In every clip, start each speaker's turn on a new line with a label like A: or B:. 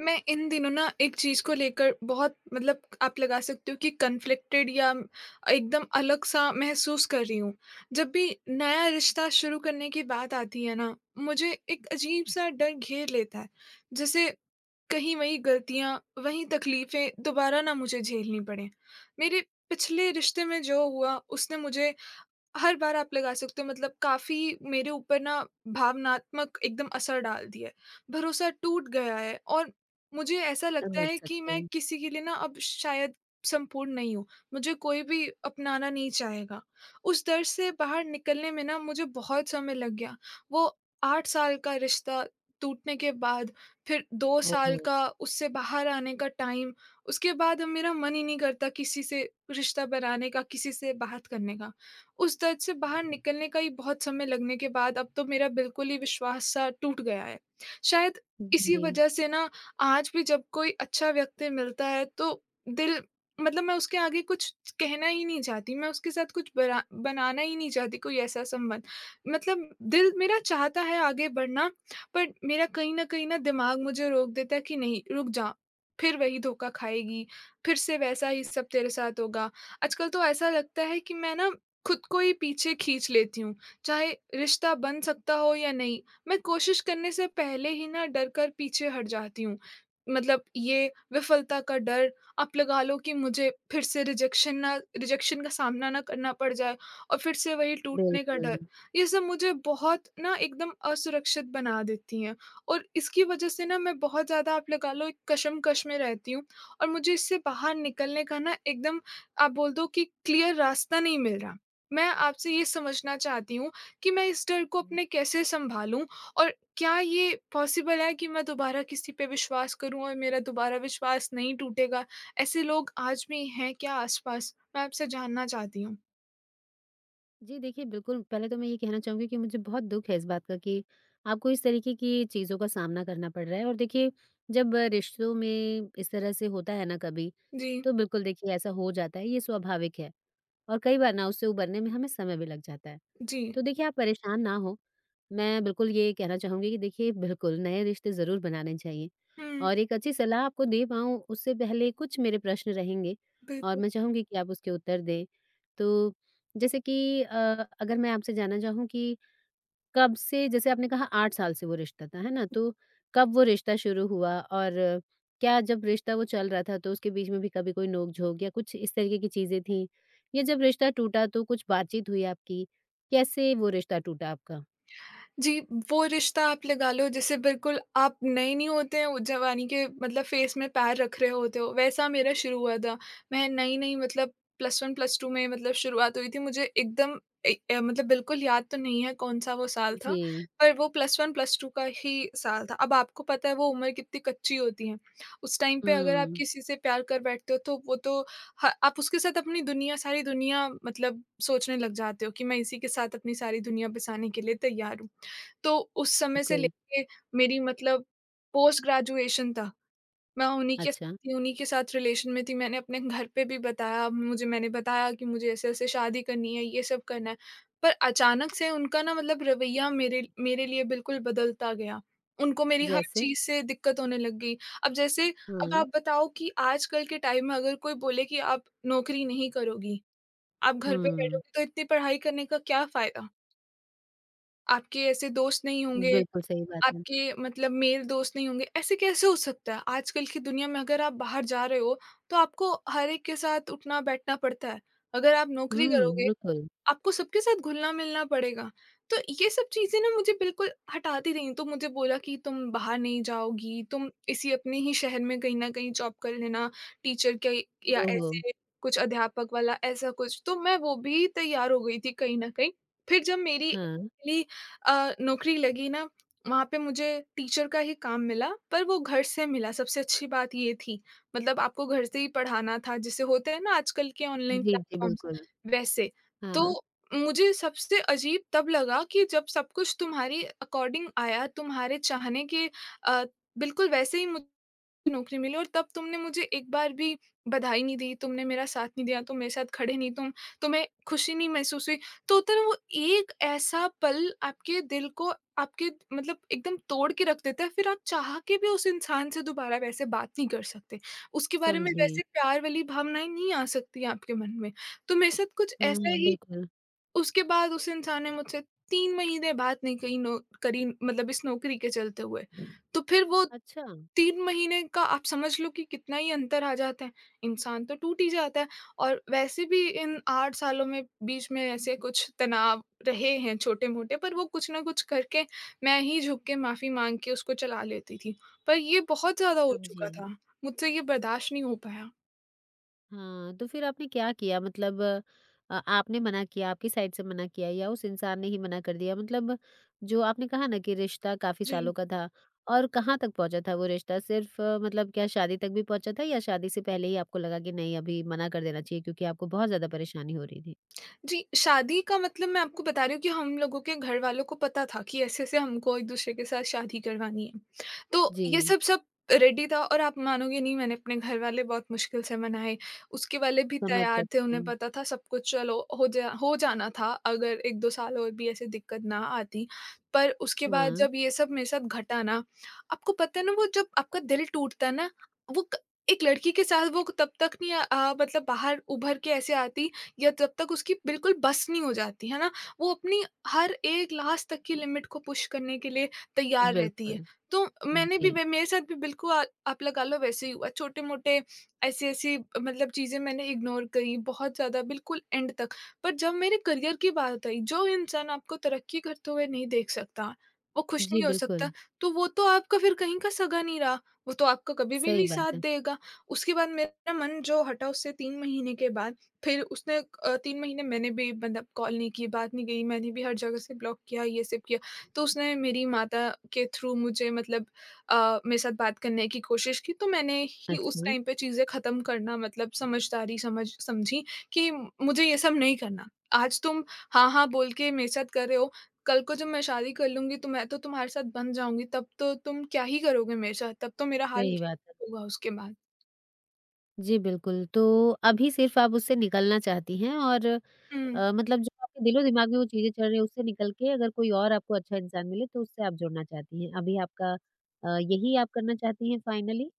A: मैं इन दिनों ना एक चीज़ को लेकर बहुत मतलब आप लगा सकते हो कि कन्फ्लिक्टेड या एकदम अलग-सा महसूस कर रही हूँ। जब भी नया रिश्ता शुरू करने की बात आती है ना, मुझे एक अजीब-सा डर घेर लेता है। जैसे कहीं वही गलतियाँ, वही तकलीफ़ें दोबारा ना मुझे झेलनी पड़ें। मेरे पिछले रिश्ते में जो हुआ उसने मुझे हर बार आप लगा सकते हो मतलब काफ़ी मेरे ऊपर ना भावनात्मक एकदम असर डाल दिया है। भरोसा टूट गया है और मुझे ऐसा लगता
B: समझ
A: है कि
B: सकते
A: मैं
B: हो।
A: किसी के लिए ना अब शायद संपूर्ण नहीं हूँ। मुझे कोई भी अपनाना नहीं चाहेगा। उस दर्द से बाहर निकलने में ना मुझे बहुत समय लग गया। वो 8 साल का रिश्ता टूटने के बाद फिर 2
B: ओहो!
A: साल का उससे बाहर आने का टाइम, उसके बाद अब मेरा मन ही नहीं करता किसी से रिश्ता बनाने का, किसी से बात करने का। उस दर्द से बाहर निकलने का ही बहुत समय लगने के बाद अब तो मेरा बिल्कुल ही विश्वास सा टूट गया है। शायद इसी
B: जी।
A: वजह से ना आज भी जब कोई अच्छा व्यक्ति मिलता है तो दिल मतलब मैं उसके आगे कुछ कहना ही नहीं चाहती, मैं उसके साथ कुछ बरा बनाना ही नहीं चाहती कोई ऐसा संबंध। मतलब दिल मेरा चाहता है आगे बढ़ना, पर मेरा कहीं न कहीं ना दिमाग मुझे रोक देता है कि नहीं रुक जा, फिर वही धोखा खाएगी, फिर से वैसा ही सब तेरे साथ होगा। आजकल तो ऐसा लगता है कि मैं ना खुद को ही पीछे खींच लेती हूँ, चाहे रिश्ता बन सकता हो या नहीं, मैं कोशिश करने से पहले ही ना डर कर पीछे हट जाती हूँ। मतलब ये विफलता का डर, आप लगा लो कि मुझे फिर से रिजेक्शन ना रिजेक्शन का सामना ना करना पड़ जाए और फिर से वही टूटने का
B: बिल्कुल।
A: डर, ये सब मुझे बहुत ना एकदम असुरक्षित बना देती हैं और इसकी वजह से ना मैं बहुत ज़्यादा आप लगा लो एक कशमकश में रहती हूँ और मुझे इससे बाहर निकलने का ना एकदम आप बोल दो कि क्लियर रास्ता नहीं मिल रहा। मैं आपसे ये समझना चाहती हूँ कि मैं इस डर को अपने कैसे सँभालूँ? और क्या ये पॉसिबल है कि मैं दोबारा किसी पे विश्वास करूँ और मेरा दोबारा विश्वास नहीं टूटेगा? ऐसे लोग आज भी हैं क्या आस-पास? मैं आपसे जानना चाहती हूँ।
B: जी, देखिए बिल्कुल, पहले तो मैं ये कहना चाहूँगी कि मुझे बहुत दुःख है इस बात का कि आपको इस तरीके की चीज़ों का सामना करना पड़ रहा है और देखिए जब रिश्तों में इस तरह से होता है ना कभी,
A: जी,
B: तो बिल्कुल देखिए ऐसा हो जाता है, ये स्वाभाविक है। और कई बार ना उससे उबरने में हमें समय भी लग जाता है।
A: जी।
B: तो देखिए आप परेशान ना हो, मैं बिल्कुल ये कहना चाहूँगी कि देखिए बिल्कुल नए रिश्ते ज़रूर बनाने चाहिए
A: हुँ,
B: और एक अच्छी सलाह आपको दे पाऊँ उससे पहले कुछ मेरे प्रश्न रहेंगे और
A: बिल्कुल।
B: मैं चाहूँगी कि आप उसके उत्तर दें। तो जैसे कि अगर मैं आपसे जानना चाहूँ कि कब से जैसे आपने कहा 8 साल से वो रिश्ता था, है ना? तो कब वो रिश्ता शुरू हुआ और क्या जब रिश्ता वो चल रहा था तो उसके बीच में भी कभी कोई नोक-झोंक या कुछ इस तरीके की चीज़ें थीं? या जब रिश्ता टूटा तो कुछ बातचीत हुई आपकी? कैसे वो रिश्ता टूटा आपका?
A: जी, वो रिश्ता आप लगा लो जैसे बिल्कुल आप नए नहीं होते हैं वो जवानी के मतलब फेस में पैर रख रहे होते हो, वैसा मेरा शुरू हुआ था। मैं नई-नई मतलब प्लस 1 प्लस 2 में मतलब शुरुआत हुई थी मुझे एकदम मतलब बिल्कुल याद तो नहीं है कौन-सा वो साल था,
B: जी।
A: पर वो प्लस 1 प्लस 2 का ही साल था। अब आपको पता है वो उम्र कितनी कच्ची होती है, उस टाइम पे अगर आप
B: हुँ,
A: किसी से प्यार कर बैठते हो तो वो तो ह आप उसके साथ अपनी दुनिया सारी दुनिया मतलब सोचने लग जाते हो कि मैं इसी के साथ अपनी सारी दुनिया बसाने के लिए तैयार हूँ। तो उस समय से
B: बिल्कुल।
A: लेके मेरी मतलब पोस्ट ग्रेजुएशन तक मैं उन्हीं के
B: अच्छा,
A: थी, उन्हीं के साथ रिलेशन में थी। मैंने अपने घर पे भी बताया, मुझे मैंने बताया कि मुझे ऐसे-ऐसे शादी करनी है, ये सब करना है। पर अचानक से उनका ना मतलब रवैया मेरे मेरे लिए बिल्कुल बदलता गया। उनको मेरी हर
B: जैसे?
A: चीज़ से दिक्कत होने लग गई। अब जैसे अब
B: हुँ,
A: आप बताओ कि आजकल के टाइम में अगर कोई बोले कि आप नौकरी नहीं करोगी, आप घर पे
B: हुँ।
A: बैठोगी तो इतनी पढ़ाई करने का क्या फ़ायदा? आपके ऐसे दोस्त नहीं होंगे,
B: बिल्कुल सही बात है।
A: आपके मतलब मेल दोस्त नहीं होंगे, ऐसे कैसे हो सकता है? आजकल की दुनिया में अगर आप बाहर जा रहे हो, तो आपको हर एक के साथ उठना-बैठना पड़ता है। अगर आप नौकरी
B: हुँ,
A: करोगे,
B: बिल्कुल।
A: आपको सबके साथ घुलना-मिलना पड़ेगा। तो ये सब चीज़ें ना मुझे बिल्कुल हटाती रहीं, तो मुझे बोला कि तुम बाहर नहीं जाओगी, तुम इसी अपने ही शहर में कहीं न कहीं जॉब कर लेना, टीचर के या
B: ओहो!
A: ऐसे कुछ अध्यापक वाला ऐसा कुछ। तो मैं वो भी तैयार हो गई थी कहीं न कहीं। फिर जब मेरी
B: हाँ।
A: एक्चुअली नौकरी लगी ना, वहाँ पे मुझे टीचर का ही काम मिला, पर वो घर से मिला, सबसे अच्छी बात ये थी। मतलब आपको घर से ही पढ़ाना था, जैसे होते हैं ना आजकल के ऑनलाइन
B: जी, जी,
A: प्लेटफ़ॉर्म्स,
B: बिल्कुल।
A: वैसे।
B: हाँ,
A: तो मुझे सबसे अजीब तब लगा कि जब सब कुछ तुम्हारी अकॉर्डिंग आया, तुम्हारे चाहने के अ, बिल्कुल वैसे ही मुझे नौकरी मिली और तब तुमने मुझे एक बार भी बधाई नहीं दी, तुमने मेरा साथ नहीं दिया, तुम मेरे साथ खड़े नहीं, तुम तुम्हें खुशी नहीं महसूस हुई। तो होता है ना वो एक ऐसा पल आपके दिल को आपके मतलब एकदम तोड़ के रख देता है, फिर आप चाह के भी उस इंसान से दोबारा वैसे बात नहीं कर सकते। उसके बारे में
B: समझी।
A: वैसे प्यार वाली भावनाएँ नहीं आ सकती आपके मन में। तो मेरे साथ कुछ ऐसा
B: हाँ,
A: ही।
B: बिल्कुल।
A: उसके बाद उस इंसान ने मुझसे 3 महीने बात नहीं कही, नो करी मतलब इस नौकरी के चलते हुए। तो फिर वो
B: अच्छा,
A: 3 महीने का आप समझ लो कि कितना ही अंतर आ जाता है। इंसान तो टूट ही जाता है और वैसे भी इन 8 सालों में बीच में ऐसे कुछ तनाव रहे हैं छोटे-मोटे, पर वो कुछ ना कुछ करके मैं ही झुक के माफ़ी माँग के उसको चला लेती थी। पर ये बहुत ज़्यादा हो
B: समझी।
A: चुका था। मुझसे ये बर्दाश्त नहीं हो पाया।
B: हाँ, तो फिर आपने क्या किया? मतलब आपने मना किया, आपकी साइड से मना किया या उस इंसान ने ही मना कर दिया? मतलब जो आपने कहा ना कि रिश्ता काफ़ी
A: जी।
B: सालों का था और कहाँ तक पहुँचा था वो रिश्ता? सिर्फ़ मतलब क्या शादी तक भी पहुँचा था या शादी से पहले ही आपको लगा कि नहीं अभी मना कर देना चाहिए क्योंकि आपको बहुत ज़्यादा परेशानी हो रही थी?
A: जी, शादी का मतलब मैं आपको बता रही हूँ कि हम लोगों के घर वालों को पता था कि ऐसे-ऐसे हमको एक-दूसरे के साथ शादी करवानी है। तो ये
B: जी,
A: सब सब रेडी था और आप मानोगे नहीं, मैंने अपने घर वाले बहुत मुश्किल से मनाए, उसके वाले भी
B: समझ
A: तैयार थे,
B: सकती
A: उन्हें
B: हूँ।
A: पता था सब कुछ, चलो हो जाना था अगर 1-2 साल और भी ऐसे दिक्कत ना आती। पर उसके बाद
B: हाँ,
A: जब ये सब मेरे साथ घटा ना, आपको पता है ना वो जब आपका दिल टूटता है ना, वो क एक लड़की के साथ वो तब तक नहीं मतलब बाहर उभर के ऐसे आती या जब तक उसकी बिल्कुल बस नहीं हो जाती, है ना? वो अपनी हर एक लास्ट तक की लिमिट को पुश करने के लिए तैयार रहती है।
B: बिल्कुल।
A: तो मैंने भी
B: जी।
A: वे मेरे साथ भी बिल्कुल आ आप लगा लो वैसे ही हुआ। छोटे-मोटे ऐसी-ऐसी मतलब चीज़ें मैंने इग्नोर करी बहुत ज़्यादा बिल्कुल एंड तक। पर जब मेरे करियर की बात आई, जो इंसान आपको तरक्की करते हुए नहीं देख सकता, वो खुश
B: जी,
A: नहीं हो
B: बिल्कुल।
A: सकता, तो वो तो आपका फिर कहीं का सगा नहीं रहा। वो तो आपका कभी भी
B: सही
A: नहीं साथ
B: बात है।
A: देगा। उसके बाद मेरा मन जो हटा उससे 3 महीने के बाद फिर उसने 3 महीने मैंने भी मतलब कॉल नहीं की, बात नहीं की, मैंने भी हर जगह से ब्लॉक किया, ये सब किया। तो उसने मेरी माता के थ्रू मुझे मतलब मेरे साथ बात करने की कोशिश की, तो मैंने ही उस
B: अच्छा,
A: टाइम पे चीज़ें ख़त्म करना मतलब समझदारी समझी कि मुझे ये सब नहीं करना। आज तुम हाँ, हाँ बोल के मेरे साथ कर रहे हो, कल को जब मैं शादी कर लूँगी तो मैं तो तुम्हारे साथ बंध जाऊँगी, तब तो तुम क्या ही करोगे मेरे साथ? तब तो मेरा हाल
B: सही बात
A: क्या होगा उसके बाद?
B: जी, बिल्कुल। तो अभी सिर्फ़ आप उससे निकलना चाहती हैं और
A: हुँ।
B: मतलब जो आपके दिलो-दिमाग में वो चीज़ें चल रही हैं, उससे निकल के अगर कोई और आपको अच्छा इंसान मिले, तो उससे आप जुड़ना चाहती हैं। अभी आपका यही आप करना चाहती हैं फाइनली?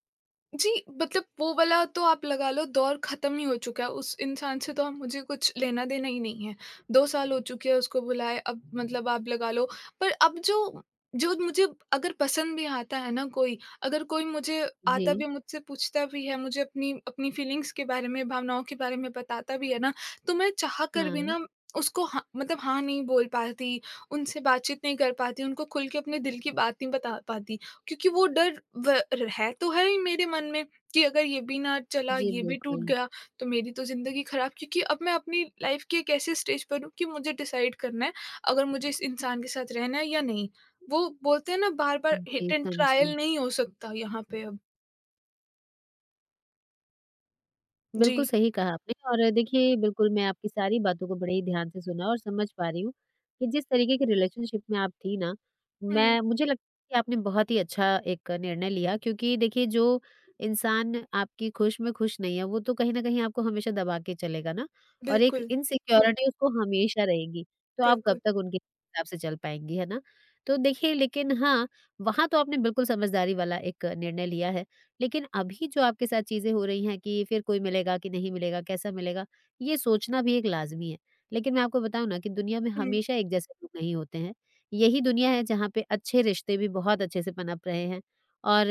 A: जी, मतलब वो वाला तो आप लगा लो दौर ख़त्म ही हो चुका है, उस इंसान से तो अब मुझे कुछ लेना-देना ही नहीं है। 2 साल हो चुके हैं उसको बुलाए, अब मतलब आप लगा लो। पर अब जो जो मुझे अगर पसंद भी आता है ना कोई, अगर कोई मुझे
B: जी।
A: आता भी है, मुझसे पूछता भी है, मुझे अपनी अपनी फ़ीलिंग्स के बारे में, भावनाओं के बारे में बताता भी है ना, तो मैं चाह कर भी
B: हाँ।
A: ना उसको हाँ मतलब हाँ नहीं बोल पाती, उनसे बातचीत नहीं कर पाती, उनको खुल के अपने दिल की बात नहीं बता पाती। क्योंकि वो डर व है तो है ही मेरे मन में कि अगर ये भी ना चला,
B: जी,
A: ये भी टूट
B: बिल्कुल।
A: गया, तो मेरी तो ज़िंदगी ख़राब, क्योंकि अब मैं अपनी लाइफ़ के एक ऐसे स्टेज पर हूँ कि मुझे डिसाइड करना है, अगर मुझे इस इंसान के साथ रहना है या नहीं। वो बोलते हैं ना बार-बार
B: जी,
A: हिट एंड
B: समझी।
A: ट्रायल नहीं हो सकता यहाँ पे अब। जी।
B: बिल्कुल सही कहा आपने और देखिए बिल्कुल मैं आपकी सारी बातों को बड़े ही ध्यान से सुना और समझ पा रही हूँ कि जिस तरीके के रिलेशनशिप में आप थी ना
A: हुँ,
B: मैं मुझे लगता है कि आपने बहुत ही अच्छा एक निर्णय लिया क्योंकि देखिए जो इंसान आपकी खुश में खुश नहीं है वो तो कहीं ना कहीं आपको हमेशा दबा के चलेगा ना और एक
A: बिल्कुल,
B: इनसिक्योरिटी उसको हमेशा रहेगी तो आप कब
A: बिल्कुल।
B: तक उनके हिसाब से चल पाएंगी है ना तो देखिए लेकिन हाँ वहां तो आपने बिल्कुल समझदारी वाला एक निर्णय लिया है लेकिन अभी जो आपके साथ चीज़ें हो रही हैं कि फिर कोई मिलेगा कि नहीं मिलेगा, कैसा मिलेगा, ये सोचना भी एक लाज़मी है। लेकिन मैं आपको बताऊँ ना कि दुनिया में
A: हुँ,
B: हमेशा एक जैसे लोग नहीं होते हैं। यही दुनिया है जहाँ पे अच्छे रिश्ते भी बहुत अच्छे से पनप रहे हैं और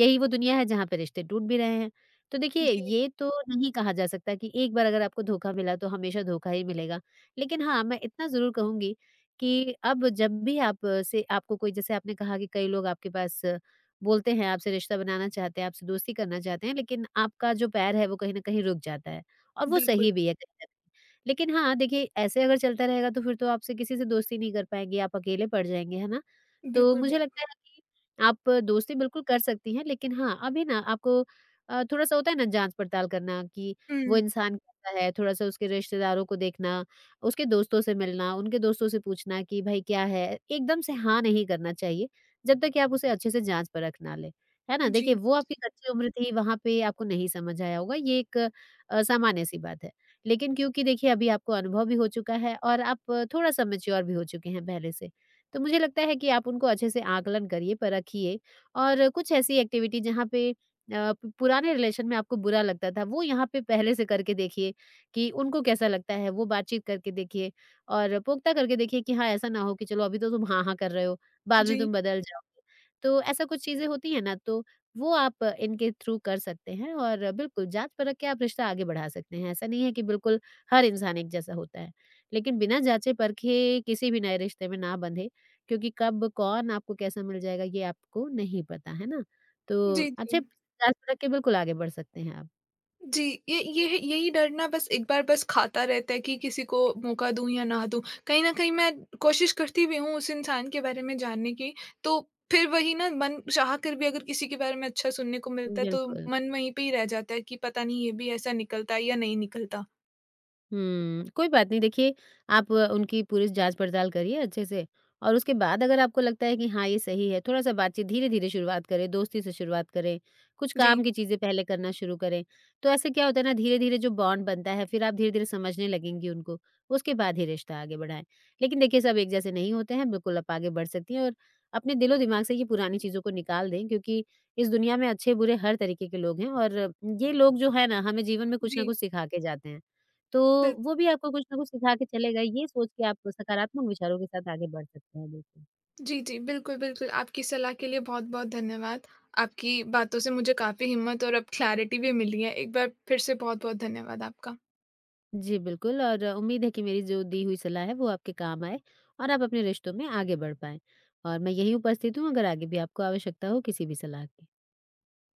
B: यही वो दुनिया है जहाँ पे रिश्ते टूट भी रहे हैं। तो देखिए,
A: जी,
B: ये तो नहीं कहा जा सकता कि एक बार अगर आपको धोखा मिला तो हमेशा धोखा ही मिलेगा। लेकिन हाँ, मैं इतना ज़रूर कहूँगी कि अब जब भी आप अ, से आपको कोई जैसे आपने कहा कि कई लोग आपके पास बोलते हैं आपसे रिश्ता बनाना चाहते हैं, आपसे दोस्ती करना चाहते हैं, लेकिन आपका जो पैर है वो कहीं न कहीं रुक जाता है और वो
A: बिल्कुल,
B: सही भी है कहीं न कहीं। लेकिन हाँ, देखिए ऐसे अगर चलता रहेगा तो फिर तो आपसे किसी से दोस्ती नहीं कर पाएँगे, आप अकेले पड़ जाएँगे, है ना? तो
A: बिल्कुल,
B: मुझे
A: बिल
B: लगता है कि आप दोस्ती बिल्कुल कर सकती हैं, लेकिन हाँ, अभी ना आपको थोड़ा-सा होता है ना जाँच-पड़ताल करना कि
A: हुँ,
B: वो इंसान कैसा है, थोड़ा-सा उसके रिश्तेदारों को देखना, उसके दोस्तों से मिलना, उनके दोस्तों से पूछना कि भाई क्या है? एकदम से हाँ नहीं करना चाहिए। जब तक कि आप उसे अच्छे से जाँच-परख ना लें, है ना? देखिए
A: जी,
B: वो आपकी कच्ची उम्र थी, वहाँ पे आपको नहीं समझ आया होगा, ये एक सामान्य-सी बात है। लेकिन क्योंकि देखिए अभी आपको अनुभव भी हो चुका है और आप थोड़ा-सा मैच्योर भी हो चुके हैं पहले से, तो मुझे लगता है कि आप उनको अच्छे से आकलन करिए, परखिए और कुछ ऐसी एक्टिविटी जहाँ पे अ, प पुराने रिलेशन में आपको बुरा लगता था, वो यहाँ पे पहले से करके देखिए कि उनको कैसा लगता है, वो बातचीत करके देखिए और पुख्ता करके देखिए कि हाँ, ऐसा ना हो कि चलो अभी तो तुम हाँ, हाँ कर रहे हो, बाद में
A: जी,
B: तुम बदल जाओगे। तो ऐसा कुछ चीज़ें होती हैं ना तो वो आप इनके थ्रू कर सकते हैं और बिल्कुल जाँच-परख के आप रिश्ता आगे बढ़ा सकते हैं। ऐसा नहीं है कि बिल्कुल हर इंसान एक जैसा होता है। लेकिन बिना जाँचे-परखे किसी भी नए रिश्ते में ना बंधे क्योंकि कब कौन आपको कैसा मिल जाएगा ये आपको नहीं पता, है ना? तो
A: जी, जी।
B: अच्छे जाँच-परख के बिल्कुल आगे बढ़ सकते हैं आप।
A: जी, ये यही डर ना बस एक बार बस खाता रहता है कि किसी को मौका दूँ या ना दूँ। कहीं न कहीं मैं कोशिश करती भी हूँ उस इंसान के बारे में जानने की, तो फिर वही ना मन चाह कर भी अगर किसी के बारे में अच्छा सुनने को मिलता है तो
B: बिल्कुल।
A: मन वहीं पे ही रह जाता है कि पता नहीं ये भी ऐसा निकलता है या नहीं निकलता।
B: हुँ, कोई बात नहीं देखिए आप उनकी पूरी जाँच पड़ताल करिए अच्छे से और उसके बाद अगर आपको लगता है कि हाँ, ये सही है, थोड़ा-सा बातचीत धीरे-धीरे शुरुआत करें, दोस्ती से शुरुआत करें, कुछ
A: जी,
B: काम की चीज़ें पहले करना शुरू करें। तो ऐसे क्या होता है ना धीरे-धीरे जो बॉन्ड बनता है फिर आप धीरे-धीरे समझने लगेंगी उनको, उसके बाद ही रिश्ता आगे बढ़ाएँ। लेकिन देखिए सब एक जैसे नहीं होते हैं, बिल्कुल आप आगे बढ़ सकती हैं और अपने दिलो-दिमाग से ये पुरानी चीज़ों को निकाल दें क्योंकि इस दुनिया में अच्छे-बुरे हर तरीके के लोग हैं और ये लोग जो है ना हमें जीवन में कुछ ना
A: जी,
B: कुछ सिखा के जाते हैं। तो
A: बिल
B: वो भी आपको कुछ ना कुछ सिखा के चलेगा, ये सोच के आप सकारात्मक विचारों के साथ आगे बढ़ सकते हैं, बिल्कुल।
A: जी, जी, बिल्कुल, बिल्कुल। आपकी सलाह के लिए बहुत-बहुत धन्यवाद। आपकी बातों से मुझे काफ़ी हिम्मत और अब क्लैरिटी भी मिली है। एक बार फिर से बहुत-बहुत धन्यवाद आपका।
B: जी, बिल्कुल और उम्मीद है कि मेरी जो दी हुई सलाह है वो आपके काम आए और आप अपने रिश्तों में आगे बढ़ पाएँ। और मैं यहीं उपस्थित हूँ अगर आगे भी आपको आवश्यकता हो किसी भी सलाह की।